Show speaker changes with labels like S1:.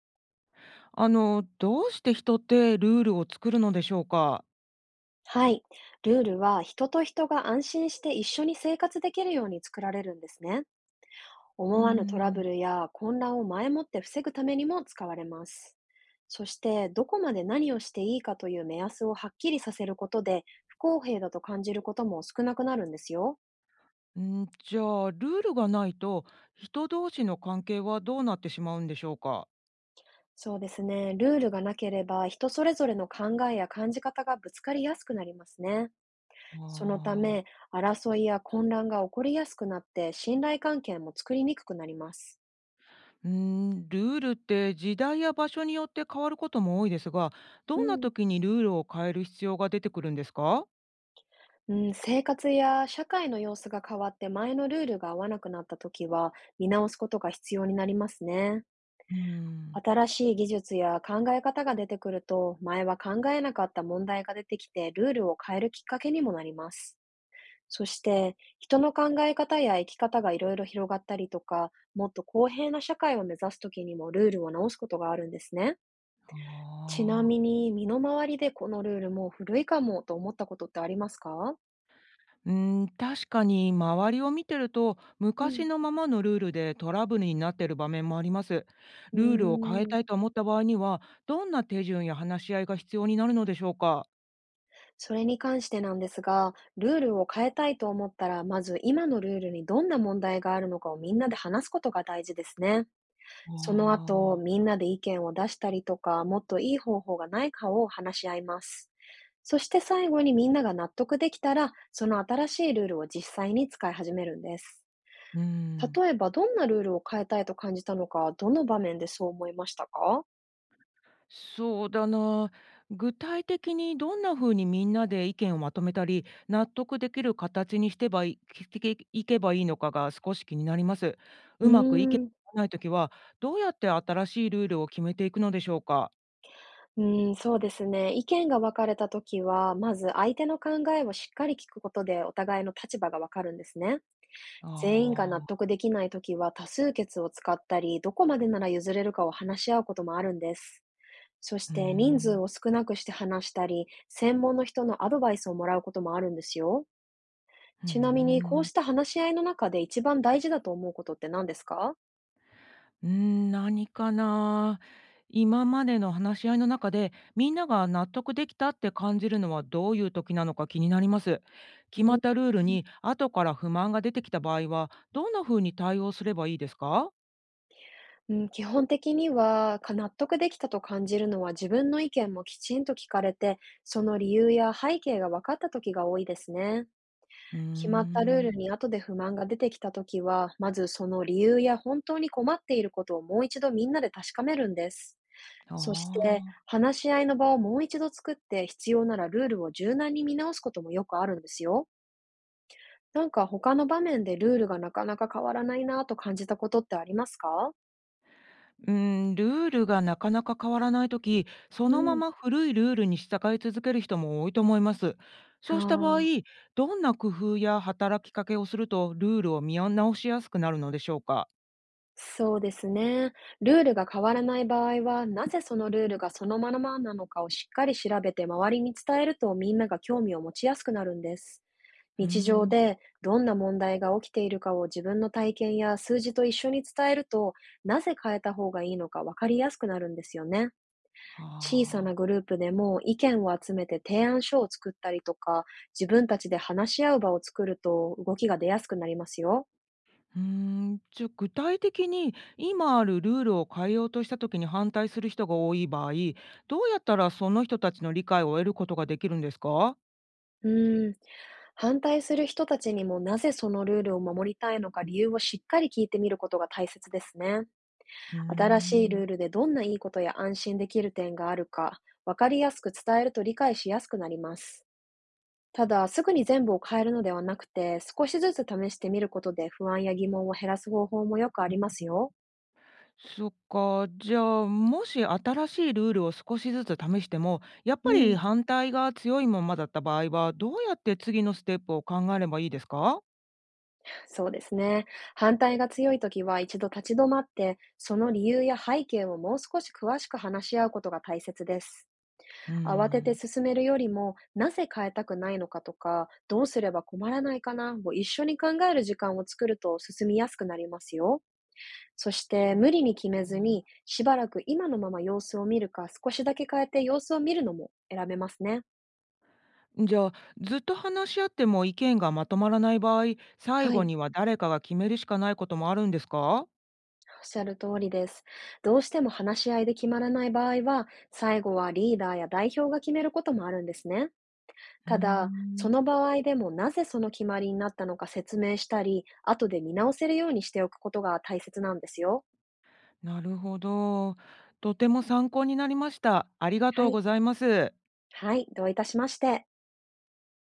S1: どうして人ってルールを作るのでしょうか？
S2: はい。ルールは人と人が安心して一緒に生活できるように作られるんですね。
S1: うー
S2: 思わぬトラブ
S1: ん。
S2: ルや混乱を前もって防ぐためにも使われます。そして、どこまで何をしていいかという目安をはっきりさせることで、不公平だと感じることも少なくなるんですよ。
S1: じゃあ、ルールがないと、人同士の関係はどうなってしまうんでしょうか？
S2: そうですね。ルールがなければ、人それぞれの考えや感じ方がぶつかりやすくなりますね。そのた
S1: あ
S2: め、
S1: あ。
S2: 争いや混乱が起こりやすくなって、信頼関係も作りにくくなります。
S1: うん、ルールって時代や場所によって変わることも多いですが、
S2: う
S1: どんな
S2: ん、
S1: 時にルールを変える必要が出てくるんですか？
S2: うん、生活や社会の様子が変わって前のルールが合わなくなった時は見直すことが必要になりますね。
S1: うーん。
S2: 新しい技術や考え方が出てくると、前は考えなかった問題が出てきて、ルールを変えるきっかけにもなります。そして、人の考え方や生き方がいろいろ広がったりとか、もっと公平な社会を目指す時にもルールを直すことがあるんですね。
S1: あ
S2: ちな
S1: あ。
S2: みに、身の回りでこのルールもう古いかもと思ったことってありますか？
S1: うーん、確かに周りを見てると
S2: うん。
S1: 昔のままのルールでトラブルになってる場面もあります。
S2: うー
S1: ルールを変え
S2: ん、
S1: たいと思った場合にはどんな手順や話し合いが必要になるのでしょうか？
S2: それに関してなんですが、ルールを変えたいと思ったら、まず今のルールにどんな問題があるのかをみんなで話すことが大事ですね。
S1: あ
S2: その後、
S1: あ、
S2: みんなで意見を出したりとか、もっといい方法がないかを話し合います。そして、最後にみんなが納得できたら、その新しいルールを実際に使い始めるんです。
S1: うん、
S2: 例えば、どんなルールを変えたいと感じたのか、どの場面でそう思いましたか？
S1: そうだな。具体的にどんな風にみんなで意見をまとめたり納得できる形にしてばいいいけばいいのかが少し気になります。
S2: うー
S1: うまく意見
S2: ん。
S1: が合わないときはどうやって新しいルールを決めていくのでしょうか？
S2: うん、そうですね。意見が分かれたときは、まず相手の考えをしっかり聞くことでお互いの立場が分かるんですね。全員が
S1: あ
S2: 納
S1: あ。
S2: 得できないときは多数決を使ったり、どこまでなら譲れるかを話し合うこともあるんです。そし
S1: うー
S2: て、人数
S1: ん、
S2: を少なくして話したり、専門の人のアドバイスをもらうこともあるんですよ。
S1: うー
S2: ちなみに、こうし
S1: ん。
S2: た話し合いの中で一番大事だと思うことって何ですか？
S1: うーん、何かな。今までの話し合いの中で、みんなが納得できたって感じるのはどういう時なのか気になります。
S2: う
S1: 決まっ
S2: ん。
S1: たルールに後から不満が出てきた場合は、どんな風に対応すればいいですか？
S2: うん、基本的には、か納得できたと感じるのは、自分の意見もきちんと聞かれて、その理由や背景が分かった時が多いですね。
S1: うー
S2: 決まったルー
S1: ん、
S2: ルに後で不満が出てきた時は、まずその理由や本当に困っていることをもう一度みんなで確かめるんです。
S1: あ
S2: そして、
S1: あー。
S2: 話し合いの場をもう一度作って、必要ならルールを柔軟に見直すこともよくあるんですよ。なんか他の場面でルールがなかなか変わらないなぁと感じたことってありますか？
S1: うん、ルールがなかなか変わらないとき、そ
S2: う
S1: のま
S2: ん。
S1: ま古いルールに従い続ける人も多いと思います。そ
S2: は
S1: うした場合、どんな工夫や働きかけをするとルールを見直しやすくなるのでしょうか？
S2: そうですね。ルールが変わらない場合は、なぜそのルールがそのままなのかをしっかり調べて周りに伝えると、みんなが興味を持ちやすくなるんです。
S1: うー
S2: 日常
S1: ん、
S2: でどんな問題が起きているかを自分の体験や数字と一緒に伝えると、なぜ変えた方がいいのかわかりやすくなるんですよね。小さな
S1: ああ、
S2: グループでも意見を集めて提案書を作ったりとか、自分たちで話し合う場を作ると動きが出やすくなりますよ。
S1: うーん、じゃあ具体的に今あるルールを変えようとしたときに反対する人が多い場合、どうやったらその人たちの理解を得ることができるんですか？
S2: うーん、反対する人たちにも、なぜそのルールを守りたいのか理由をしっかり聞いてみることが大切ですね。
S1: うー
S2: 新しいル
S1: ん。
S2: ールでどんないいことや安心できる点があるか、わかりやすく伝えると理解しやすくなります。ただ、すぐに全部を変えるのではなくて、少しずつ試してみることで不安や疑問を減らす方法もよくありますよ。
S1: そっか、じゃあ、もし新しいルールを少しずつ試しても、やっ
S2: う
S1: ぱり
S2: ん、
S1: 反対が強いままだった場合は、どうやって次のステップを考えればいいですか？
S2: そうですね。反対が強いときは一度立ち止まって、その理由や背景をもう少し詳しく話し合うことが大切です。
S1: うー
S2: 慌てて
S1: ん、
S2: 進めるよりも、なぜ変えたくないのかとか、どうすれば困らないかなを一緒に考える時間を作ると進みやすくなりますよ。そして、
S1: そっか。
S2: 無理に決めずに、しばらく今のまま様子を見るか、少しだけ変えて様子を見るのも選べますね。
S1: じゃあ、ずっと話し合っても意見がまとまらない場合、最
S2: はい、
S1: 後
S2: おっ
S1: には誰かが決めるしかないこともあるんですか？
S2: しゃる通りです。どうしても話し合いで決まらない場合は、最後はリーダーや代表が決めることもあるんですね。
S1: うー
S2: ただ、そ
S1: ん、
S2: の場合でも、なぜその決まりになったのか説明したり、後で見直せるようにしておくことが大切なんですよ。
S1: なるほど。とても参考になりました。ありが
S2: は
S1: とう
S2: い。
S1: ございます。
S2: はい、どういたしまして。